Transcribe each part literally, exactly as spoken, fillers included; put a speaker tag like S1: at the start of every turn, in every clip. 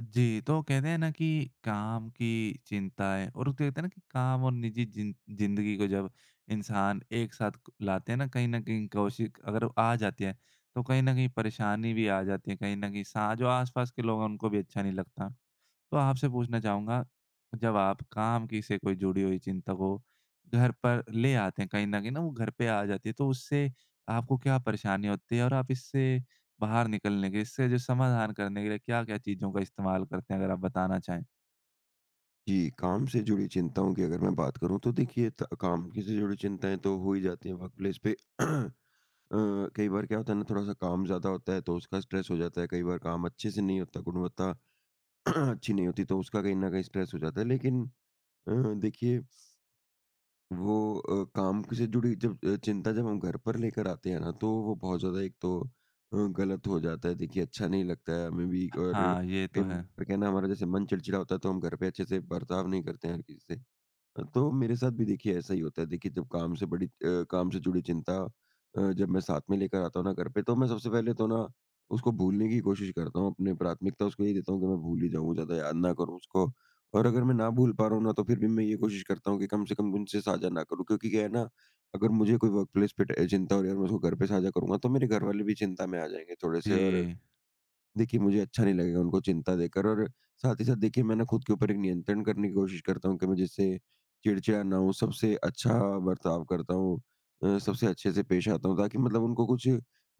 S1: जी, तो कहते हैं ना कि काम की चिंताएँ और उसको कहते हैं ना कि काम और निजी जिन ज़िंदगी को जब इंसान एक साथ क लाते हैं ना, कहीं न कहीं कौशिक अगर आ जाती है, तो कहीं न कहीं परेशानी भी आ जाती है, कहीं न कहीं सा जो आस-पास के लोग हैं, उनको भी अच्छा नहीं लगता। तो आपसे पूछना चाहूँगा, जब आप काम की से कोई जुड़ी हुई चिंता को घर पर ले आते हैं, कहीं न कहीं ना वो घर पे आ जाती है, तो उससे आपको क्या परेशानी होती है और आप इससे बाहर निकलने के इससे जो समाधान करने के लिए क्या-क्या चीज़ों का इस्तेमाल करते हैं अगर आप बताना चाहें?
S2: जी, काम से जुड़ी चिंताओं की अगर मैं बात करूँ तो देखिए त काम की से जुड़ी चिंताएँ तो हो ही जाती हैं वर्क प्लेस पे। अ, कई बार क्या होता है ना, थोड़ा-सा काम ज़्यादा होता है तो उसका स्ट्रेस हो जाता है। कई बार काम अच्छे से नहीं होता, गुणवत्ता अच्छी नहीं होती तो उसका कहीं न कहीं स्ट्रेस हो जाता है। लेकिन अ, देखिए वो अ, काम से जुड़ी जब अ, चिंता जब हम घर पर लेकर आते हैं ना, तो वो बहुत ज़्यादा एक तो अ, गलत हो जाता है। देखिए अच्छा नहीं लगता है हमें भी, और
S1: हाँ, ये तो
S2: कई
S1: है।
S2: बार क्या है ना, हमारा जैसे मन चिड़चिड़ा होता है तो हम घर पे अच्छे से बर्ताव नहीं करते हैं हर किसी से। तो मेरे साथ भी देखिए ऐसा ही होता है। देखिए, जब काम से बड़ी अ, काम से जुड़ी चिंता अ, जब मैं साथ में लेकर आता हूँ ना घर पे, तो मैं सबसे पहले तो ना उसको भूलने की कोशिश करता हूँ। अपनी प्राथमिकता उसको यही देता हूँ कि मैं भूल ही जाऊँ, ज़्यादा याद ना करूँ उसको। और अगर मैं ना भूल पा रहा हूँ ना, तो फिर भी मैं ये कोशिश करता हूँ कि कम से कम उनसे साझा ना करूँ। क्योंकि क्या है ना, अगर मुझे कोई वर्क प्लेस पे ट चिंता हो रही है और मैं उसको घर पे साझा करूँगा, तो मेरे घर वाले भी चिंता में आ जाएँगे थोड़े से। और
S1: जी।
S2: देखिए, मुझे अच्छा नहीं लगेगा उनको चिंता देकर। और साथ ही साथ देखिए, मैं ना खुद के ऊपर एक नियंत्रण करने की कोशिश करता हूँ कि मैं जिससे चिड़चिड़ा ना हूँ, सबसे अच्छा बर्ताव करता हूँ, अ, सबसे अच्छे से पेश आता हूँ, ताकि मतलब उनको कुछ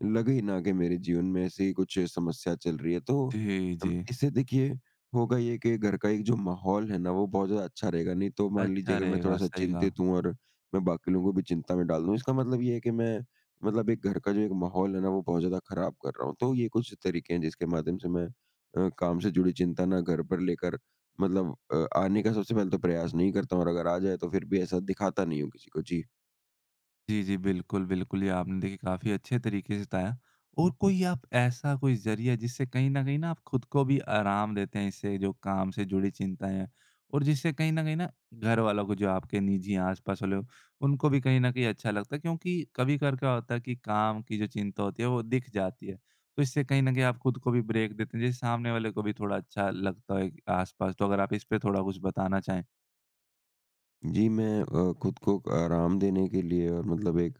S2: लगे ही ना कि मेरे जीवन में ऐसी कुछ समस्या चल रही है। तो
S1: जी,
S2: अम,
S1: जी।
S2: इससे देखिए होगा ये कि घर का एक जो माहौल है ना, वो बहुत ज़्यादा अच्छा रहेगा। नहीं तो मान लीजिए,
S1: अच्छा
S2: अगर मैं
S1: रहेगा,
S2: थोड़ा-सा
S1: सही कहा।
S2: चिंतित हूँ और मैं बाकी लोगों को भी चिंता में डाल दूँ, इसका मतलब ये है कि मैं मतलब एक घर का जो एक माहौल है ना, वो बहुत ज़्यादा खराब कर रहा हूँ। तो ये कुछ तरीके हैं जिसके माध्यम से मैं अ, काम से जुड़ी चिंता ना घर पर लेकर मतलब अ, आने का सबसे पहले तो प्रयास नहीं करता हूँ, और अगर आ जाए तो फिर भी ऐसा दिखाता नहीं हूँ किसी को। जी।
S1: जी, जी। बिल्कुल, बिल्कुल। ये आपने देखिए काफ़ी अच्छे तरीके से बताया और कोई आप ऐसा कोई ज़रिया जिससे कहीं न कहीं न आप खुद को भी आराम देते हैं इससे जो काम से जुड़ी चिंताएँ हैं और जिससे कहीं न कहीं न घर वालों को जो आपके निजी आस-पास वाले हो, उनको भी कहीं न कहीं अच्छा लगता है क्योंकि कभी-कभार क्या होता है कि काम की जो चिंता होती है वो दिख जाती है। तो इससे कहीं न कहीं आप खुद को भी ब्रेक देते हैं, जैसे सामने वाले को भी थोड़ा अच्छा लगता है आस-पास। तो अगर आप इस पे थोड़ा कुछ बताना चाहें?
S2: जी, मैं अ, खुद को आराम देने के लिए और मतलब एक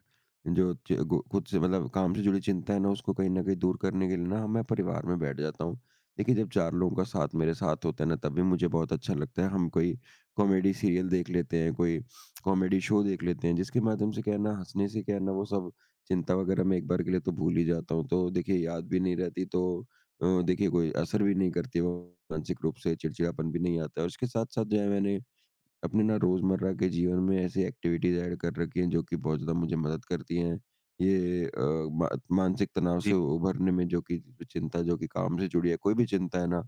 S2: जो च गो खुद से मतलब काम से जुड़ी चिंता है ना, उसको कहीं न कहीं दूर करने के लिए ना मैं परिवार में बैठ जाता हूँ। देखिए, जब चार लोगों का साथ मेरे साथ होता है ना, तब भी मुझे बहुत अच्छा लगता है। हम कोई कॉमेडी सीरियल देख लेते हैं, कोई कॉमेडी शो देख लेते हैं, जिसके माध्यम से क्या है ना, हँसने से क्या है ना, वो सब चिंता वगैरह मैं एक बार के लिए तो भूल ही जाता हूँ। तो देखिए, याद भी नहीं रहती, तो अ, देखिए कोई असर भी नहीं करती वो, मानसिक रूप से चिड़चिड़ापन भी नहीं आता है। और इसके साथ-साथ जो है, मैंने अपने ना रोज़मर्रा के जीवन में ऐसी एक्टिविटीज़ ऐड कर रखी हैं, जो कि बहुत ज़्यादा मुझे मदद करती हैं। ये अ, मा मानसिक तनाव
S1: जी।
S2: से उभरने में, जो कि चिंता जो कि काम से जुड़ी है, कोई भी चिंता है ना,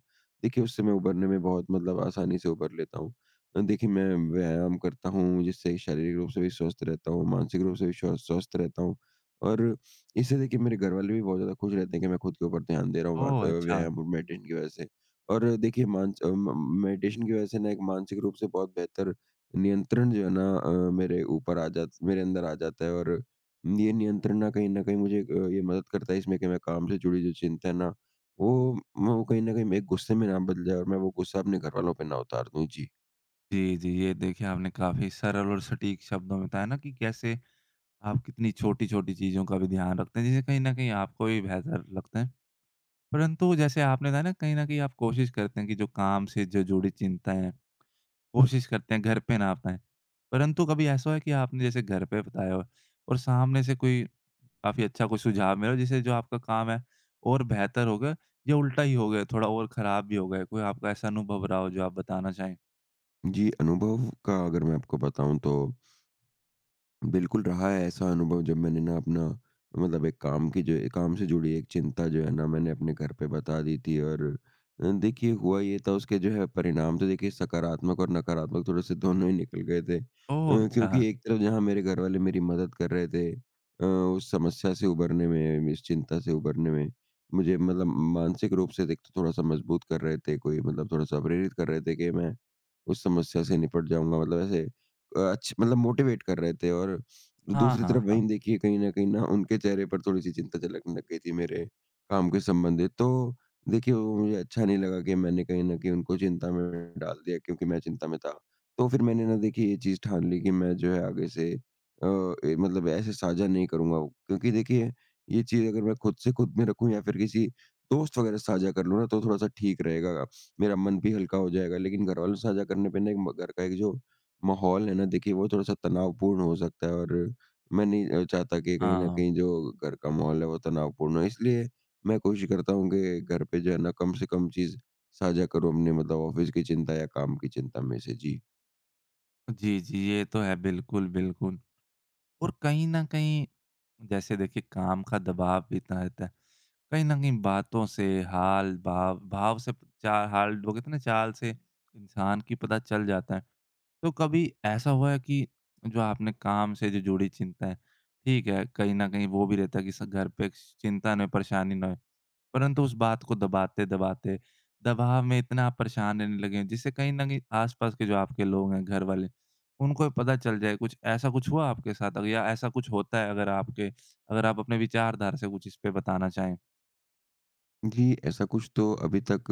S2: देखिए उससे मैं उभरने में बहुत मतलब आसानी से उभर लेता हूँ। अ, देखिए मैं व्यायाम करता हूँ, जिससे शारीरिक रूप से भी स्वस्थ रहता हूँ, मानसिक रूप से भी स्व स्वस्थ रहता हूँ। और इससे देखिए मेरे घरवाले भी बहुत ज़्यादा खुश रहते हैं कि मैं खुद के ऊपर ध्यान दे रहा हूँ, वा अ,
S1: ओह! अच्छा।
S2: व्यायाम और मेडिटेशन की वज़ह से। और देखिए मानस अ, म मेडिटेशन की वज़ह से ना एक मानसिक रूप से बहुत बेहतर नियंत्रण जो है ना, अ, मेरे ऊपर आ जात मेरे अंदर आ जाता है। और ये नियंत्रण ना कहीं न कहीं मुझे अ, ये मदद करता है इसमें कि मैं काम से जुड़ी जो चिंता है ना, वो म वो कहीं न कहीं मेरे गुस्से में ना बदल जाए और मैं वो गुस्सा अपने घरवालों पे ना उतार दूँ। जी।
S1: जी, जी। ये देखिए आपने काफ़ी सरल और सटीक शब्दों में बताया ना कि कैसे आप कितनी छोटी-छोटी चीज़ों का भी ध्यान रखते हैं, जिससे कहीं न कहीं आपको भी बेहतर लगता है। परंतु जैसे आपने बताया ना कहीं न कहीं आप कोशिश करते हैं कि जो काम से जो जुड़ी चिंताएँ हैं, कोशिश करते हैं घर पे ना बताएँ। परंतु कभी ऐसा हुआ है कि आपने जैसे घर पे बताया हो और सामने से कोई काफ़ी अच्छा कोई सुझाव मिला हो जिससे जो आपका काम है और बेहतर हो गया या उल्टा ही हो गया, थोड़ा और खराब भी हो गया? कोई आपका ऐसा अनुभव रहा हो जो आप बताना चाहें?
S2: जी, अनुभव का अगर मैं आपको बताऊँ, तो बिल्कुल रहा है ऐसा अनुभव, जब मैंने ना अपना मतलब एक काम की जो काम से जुड़ी एक चिंता जो है ना, मैंने अपने घर पे बता दी थी। और अ, देखिए हुआ ये था, उसके जो है परिणाम तो देखिए सकारात्मक और नकारात्मक थोड़े से दोनों ही निकल गए थे। अ,
S1: ओह! अच्छा।
S2: क्योंकि एक तरफ जहाँ मेरे घर वाले मेरी मदद कर रहे थे, अ, उस समस्या से उभरने में, इस चिंता से उभरने में, मुझे मतलब मानसिक रूप से देख तो थोड़ा सा मजबूत कर रहे थे, कोई मतलब थोड़ा सा प्रेरित कर रहे थे कि मैं उस समस्या से निपट जाऊंगा, मतलब ऐसे अ, अच्छ मतलब मोटिवेट कर रहे थे। और
S1: हाँ,
S2: दूसरी
S1: हाँ।
S2: तरफ
S1: हाँ।
S2: वहीं देखिए, कहीं न कहीं ना उनके चेहरे पर थोड़ी-सी चिंता झलकने लग गई थी मेरे काम के संबंधित। तो देखिए, वो मुझे अच्छा नहीं लगा कि मैंने कहीं न कहीं उनको चिंता में डाल दिया, क्योंकि मैं चिंता में था। तो फिर मैंने ना देखिए ये चीज़ ठान ली कि मैं जो है आगे से अ, ए मतलब ऐसे साझा नहीं करूँगा वो, क्योंकि देखिए ये चीज़ अगर मैं खुद से खुद में रखूँ या फिर किसी दोस्त वगैरह से साझा कर लूँ ना, तो थोड़ा-सा ठीक रहेगा। मेरा मन भी हल्का हो जाएगा, लेकिन घरवालों से साझा करने पे ना एक म घर का एक जो माहौल है ना, देखिए वो थोड़ा-सा तनावपूर्ण हो सकता है। और मैं नहीं अ, चाहता कि कहीं न
S1: हाँ।
S2: कहीं जो घर का माहौल है, वो तनावपूर्ण हो। इसलिए मैं कोशिश करता हूँ कि घर पे जो है ना कम से कम चीज़ साझा करूँ अपने मतलब ऑफ़िस की चिंता या काम की चिंता में से। जी।
S1: जी, जी, ये तो है बिल्कुल, बिल्कुल। और कहीं न कहीं जैसे देखिए काम का दबाव भी इतना रहता है, कहीं न कहीं बातों से, हाल, भाव भाव से चा हाल वो कहते हैं ना चाल से इंसान की पता चल जाता है। तो कभी ऐसा हुआ है कि जो आपने काम से जो जुड़ी चिंताएँ ठीक है, कहीं न कहीं वो भी रहता है कि स घर पे चिंता ना, परेशानी ना हो। परंतु उस बात को दबाते-दबाते, दबाव में इतना आप परेशान रहने लगे हैं, जिससे कहीं न कहीं आस-पास के जो आपके लोग हैं, घर वाले, उनको भी पता चल जाए। कुछ ऐसा कुछ हुआ आपके साथ अग या ऐसा कुछ होता है अगर आपके अगर आप अपने विचारधारा से कुछ इस पे बताना चाहें?
S2: जी, ऐसा कुछ तो अभी तक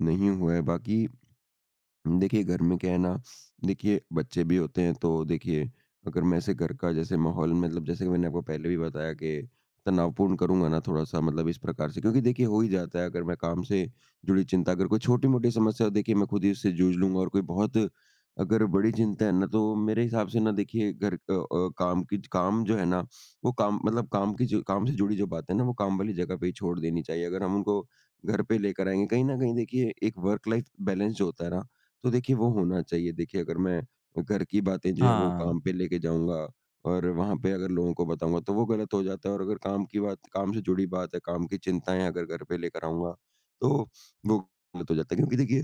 S2: नहीं हुआ है। बाकी देखिए घर में क्या है ना, देखिए बच्चे भी होते हैं। तो देखिए अगर मैं ऐसे घर का जैसे माहौल, मतलब जैसे कि मैंने आपको पहले भी बताया कि तनावपूर्ण करूँगा ना थोड़ा-सा, मतलब इस प्रकार से, क्योंकि देखिए हो ही जाता है। अगर मैं काम से जुड़ी चिंता, अगर कोई छोटी-मोटी समस्या हो, देखिए मैं खुद ही उससे जूझ लूँगा। और कोई बहुत अगर बड़ी चिंता है ना, तो मेरे हिसाब से ना देखिए घर अ अ, काम की काम जो है ना वो काम, मतलब काम की जो काम से जुड़ी जो बातें हैं ना, वो काम वाली जगह पे ही छोड़ देनी चाहिए। अगर हम उनको घर पे लेकर आएँगे, कहीं न कहीं देखिए एक वर्क लाइफ बैलेंस जो होता है ना, तो देखिए वो होना चाहिए। देखिए अगर मैं घर की बातें जो है वो
S1: हाँ।
S2: काम पे लेके जाऊँगा और वहाँ पे अगर लोगों को बताऊँगा, तो वो गलत हो जाता है। और अगर काम की बात, काम से जुड़ी बात है, काम की चिंताएँ अगर घर पे लेकर आऊँगा, तो वो गलत हो जाता है। क्योंकि देखिए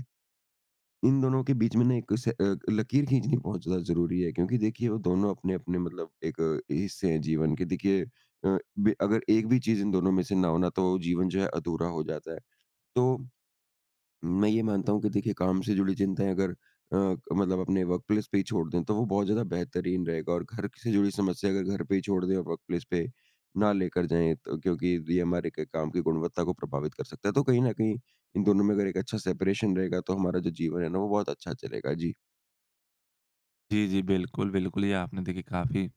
S2: इन दोनों के बीच में ना एक से अ, लकीर खींचनी बहुत ज़्यादा ज़रूरी है, क्योंकि देखिए वो दोनों अपने-अपने मतलब एक अ, हिस्से हैं जीवन के। देखिए अ, बे अगर एक भी चीज़ इन दोनों में से ना हो ना, तो जीवन जो है अधूरा हो जाता है। तो मैं ये मानता हूँ कि देखिए काम से जुड़ी चिंताएँ अगर अ, मतलब अपने वर्क प्लेस पे ही छोड़ दें, तो वो बहुत ज़्यादा बेहतरीन रहेगा। और घर से जुड़ी समस्या अगर घर पे ही छोड़ दें और वर्क प्लेस पे ना लेकर जाएँ, तो क्योंकि ये हमारे क काम की गुणवत्ता को प्रभावित कर सकता है। तो कहीं न कहीं इन दोनों में अगर एक अच्छा सेपरेशन रहेगा, तो हमारा जो जीवन है ना, वो बहुत अच्छा चलेगा। जी।
S1: जी, जी। बिल्कुल, बिल्कुल। ये आपने देखिए काफ़ी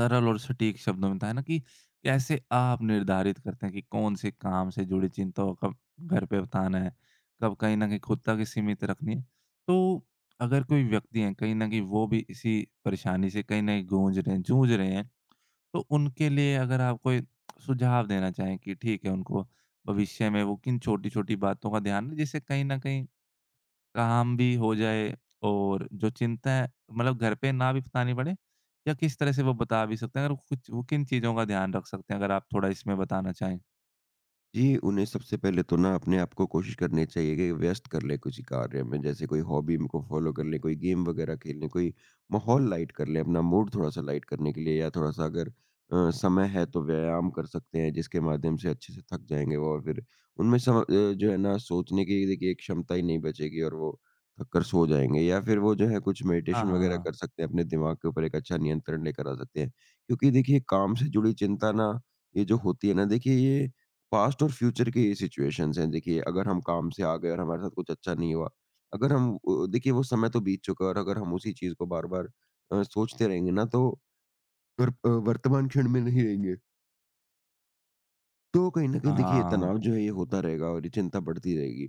S1: सरल और सटीक शब्दों में बताएँ ना कि कैसे आप निर्धारित करते हैं कि कौन-से काम से जुड़ी चिंताओं का घर पे बताना है, कब कहीं न कहीं खुद तक ही सीमित रखनी है। तो अगर कोई व्यक्ति हैं, कहीं न कहीं वो भी इसी परेशानी से कहीं न कहीं गूँज रहे हैं, जूझ रहे हैं, तो उनके लिए अगर आप कोई सुझाव देना चाहें कि ठीक है, उनको भविष्य में वो किन छोटी-छोटी बातों का ध्यान रहे, जिससे कहीं न कहीं काम भी हो जाए और जो चिंता है मतलब घर पे ना भी बतानी पड़े या किस तरह से वो बता भी सकते हैं? अगर कुछ वो किन चीज़ों का ध्यान रख सकते हैं? अगर आप थोड़ा इसमें बताना चाहें।
S2: जी, उन्हें सबसे पहले तो ना अपने आप को कोशिश करनी चाहिए कि व्यस्त कर लें किसी कार्य में। जैसे कोई हॉबी को फ़ॉलो कर लें, कोई गेम वगैरह खेल लें, कोई माहौल लाइट कर लें, अपना मूड थोड़ा-सा लाइट करने के लिए। या थोड़ा-सा अगर अ, समय है तो व्यायाम कर सकते हैं, जिसके माध्यम से अच्छे से थक जाएँगे वो। और फिर उनमें सम अ, जो है ना सोचने की देखिए एक क्षमता ही नहीं बचेगी और वो थक कर सो जाएँगे। या फिर वो जो है कुछ
S1: हाँ,
S2: मेडिटेशन
S1: हाँ,
S2: वगैरह
S1: हाँ।
S2: कर सकते हैं, अपने दिमाग के ऊपर एक अच्छा नियंत्रण लेकर आ सकते हैं। क्योंकि देखिए काम से जुड़ी चिंता ना, ये जो होती है ना देखिए, ये पास्ट और फ्यूचर के ये सिचुएशंस हैं। देखिए अगर हम काम से आ गए और हमारे साथ कुछ अच्छा नहीं हुआ, अगर हम अ, देखिए वो समय तो बीत चुका है। और अगर हम उसी चीज को बार बार सोचते रहेंगे ना, तो वर- अ, वर्तमान क्षण में नहीं रहेंगे, तो कहीं ना कहीं देखिए ये
S1: हाँ।
S2: तनाव जो है ये होता रहेगा और ये चिंता बढ़ती रहेगी।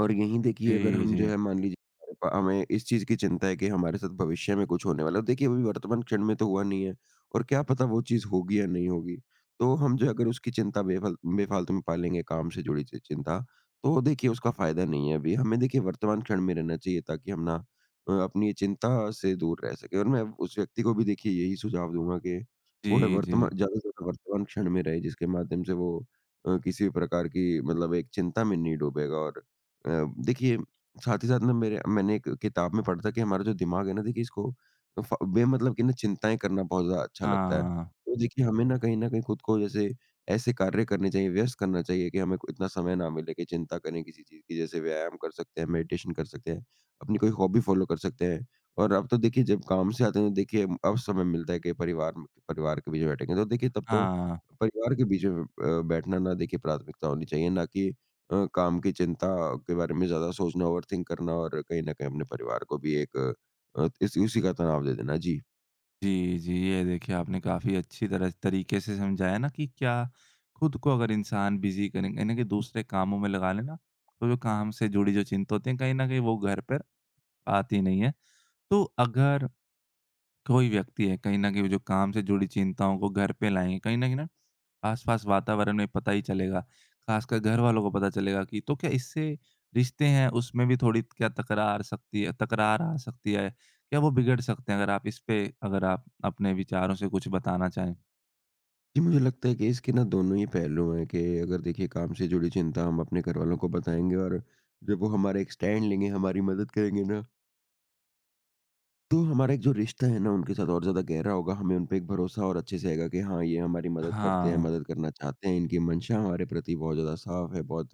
S2: और यहीं देखिए अगर
S1: जी,
S2: हम
S1: जी।
S2: जो है मान लीजिए हमारे पा हमें इस चीज़ की चिंता है कि हमारे साथ भविष्य में कुछ होने वाला है। तो देखिए अभी वर्तमान क्षण में तो हुआ नहीं है और क्या पता वो चीज़ होगी या नहीं होगी। तो हम जो है अगर उसकी चिंता बेफाल बेफालतू में पालेंगे काम से जुड़ी चि चिंता, तो देखिए उसका फ़ायदा नहीं है अभी। हमें देखिए वर्तमान क्षण में रहना चाहिए ताकि हम ना अ, अपनी ये चिंता से दूर रह सकें। और मैं उस व्यक्ति को भी देखिए यही सुझाव दूँगा कि वो है
S1: जी, जी।
S2: वर्तमा ज़्यादा से ज़्यादा वर्तमान क्षण में रहे, जिसके माध्यम से वो अ, किसी भी प्रकार की मतलब एक चिंता में नहीं डूबेगा। और अ, देखिए साथ ही साथ ना मेरे मैंने एक किताब में पढ़ा था कि हमारा जो दिमाग है ना, देखिए इसको फ बेमतलब की ना चिंताएँ करना बहुत ज़्यादा अच्छा लगता है।
S1: हाँ।
S2: तो देखिए हमें ना कहीं न कहीं खुद को जैसे ऐसे कार्य करने चाहिए, व्यस्त करना चाहिए कि हमें को इतना समय ना मिले कि चिंता करें किसी चीज़ की। जैसे व्यायाम कर सकते हैं, मेडिटेशन कर सकते हैं, अपनी कोई हॉबी फ़ॉलो कर सकते हैं। और अब तो देखिए जब काम से आते हैं तो देखिए अब समय मिलता है कि परिवार में परिवार के बीच में बैठेंगे। तो देखिए तब तो
S1: हाँ।
S2: परिवार के बीच में अ, बैठना ना देखिए प्राथमिकता होनी चाहिए, ना कि अ, काम की चिंता के बारे में ज़्यादा सोचना, ओवरथिंक करना और कहीं न कहीं अपने परिवार को भी एक अ, इस उसी का तनाव दे देना। जी।
S1: जी, जी। ये देखिए आपने काफ़ी अच्छी तरह तरीके से समझाया ना कि क्या खुद को अगर इंसान बिज़ी करेंगे यानी कि दूसरे कामों में लगा लेना, तो जो काम से जुड़ी जो चिंता होती है, कहीं न कहीं वो घर पर आती नहीं है। तो अगर कोई व्यक्ति है, कहीं न कहीं वो जो काम से जुड़ी चिंताओं को घर पे लाएँ, कहीं न कहीं ना आस-पास वातावरण में पता ही चलेगा, खासकर घरवालों को पता चलेगा कि तो क्या इससे रिश्ते हैं, उसमें भी थोड़ी क्या तकरार सकती है तकरार आ सकती है? क्या वो बिगड़ सकते हैं? अगर आप इस पे अगर आप अपने विचारों से कुछ बताना चाहें।
S2: जी, मुझे लगता है कि इसके ना दोनों ही पहलू हैं। कि अगर देखिए काम से जुड़ी चिंता हम अपने घरवालों को बताएँगे और जब वो हमारा एक स्टैंड लेंगे, हमारी मदद करेंगे ना, तो हमारा एक जो रिश्ता है ना उनके साथ और ज़्यादा गहरा होगा। हमें उन पे एक भरोसा और अच्छे से आएगा कि हाँ, ये हमारी मदद करते हैं,
S1: हाँ,
S2: मदद करना चाहते हैं, इनकी मंशा हमारे प्रति बहुत ज़्यादा साफ़ है, बहुत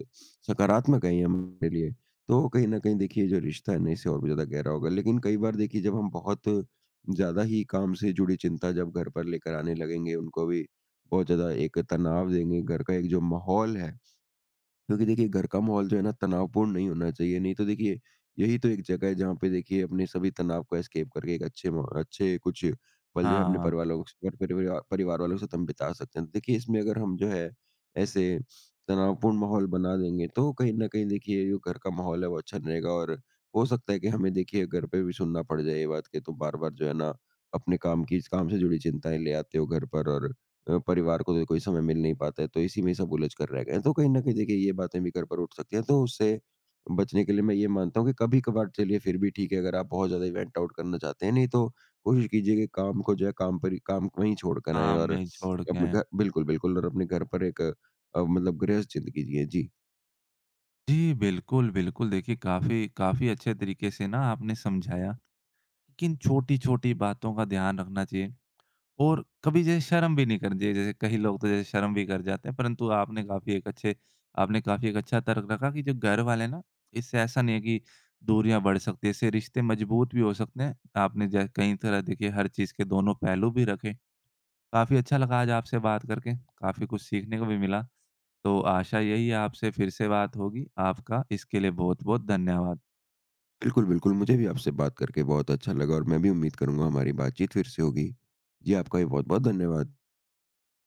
S2: सकारात्मक है ये हमारे लिए। तो कहीं न कहीं देखिए जो रिश्ता है ना इससे और भी ज़्यादा गहरा होगा। लेकिन कई बार देखिए जब हम बहुत ज़्यादा ही काम से जुड़ी चिंता जब घर पर लेकर आने लगेंगे, उनको भी बहुत ज़्यादा एक तनाव देंगे, घर का एक जो माहौल है, क्योंकि देखिए घर का माहौल जो है ना तनावपूर्ण नहीं होना चाहिए। नहीं तो देखिए यही तो एक जगह है जहाँ पे देखिए अपने सभी तनाव को एस्केप करके एक अच्छे मौ- अच्छे कुछ पल जो है अपने
S1: हाँ,
S2: परिवार वालों के साथ- परिवार परिवार वालों के साथ हम बिता सकते हैं। तो देखिए इसमें अगर हम जो है ऐसे तनावपूर्ण माहौल बना देंगे तो कहीं ना कहीं देखिए जो घर का माहौल है वो अच्छा नहीं रहेगा। और हो सकता है कि हमें देखिए घर पे भी सुनना पड़ जाए ये बात कि तुम बार बार जो है ना अपने काम की काम से जुड़ी चिंताएं ले आते हो घर पर। और अ, परिवार को तो कोई समय मिल नहीं पाता है, तो इसी में सब उलझ कर रह गए हैं। तो कहीं न कहीं देखिए ये बातें भी घर पर उठ सकती हैं। तो उससे बचने के लिए मैं ये मानता हूँ कि कभी-कभार चलिए फिर भी ठीक है अगर आप बहुत ज़्यादा इवेंट आउट करना चाहते हैं, नहीं तो कोशिश कीजिए कि काम को जो है काम पर ही, काम वहीं छोड़ कर आएँ।
S1: काम
S2: और
S1: में छोड़ के
S2: अपने
S1: आएँ।
S2: घर बिल्कुल, बिल्कुल और अपने घर पर एक अ, मतलब गृहस्थ ज़िंदगी जिएँ। जी,
S1: जी, बिल्कुल, बिल्कुल। देखिए, काफ़ी काफ़ी अच्छे तरीके से ना आपने समझाया कि किन छोटी-छोटी बातों का ध्यान रखना चाहिए। और कभी जैसे शर्म भी नहीं करनी चाहिए, जैसे कई लोग तो जैसे शर्म भी कर जाते हैं, परंतु आपने काफ़ी एक अच्छे आपने काफ़ी एक अच्छा तर्क रखा कि जो घर वाले हैं ना, इससे ऐसा नहीं है कि दूरियाँ बढ़ सकती हैं, इससे रिश्ते मजबूत भी हो सकते हैं। आपने जै कई तरह देखिए हर चीज़ के दोनों पहलू भी रखे। काफ़ी अच्छा लगा आज आपसे बात करके, काफ़ी कुछ सीखने को भी मिला। तो आशा यही है आपसे फिर से बात होगी। आपका इसके लिए बहुत-बहुत धन्यवाद।
S2: बिल्कुल, बिल्कुल, मुझे भी आपसे बात करके बहुत अच्छा लगा और मैं भी उम्मीद करूँगा हमारी बातचीत फिर से होगी। जी, आपका भी बहुत-बहुत धन्यवाद।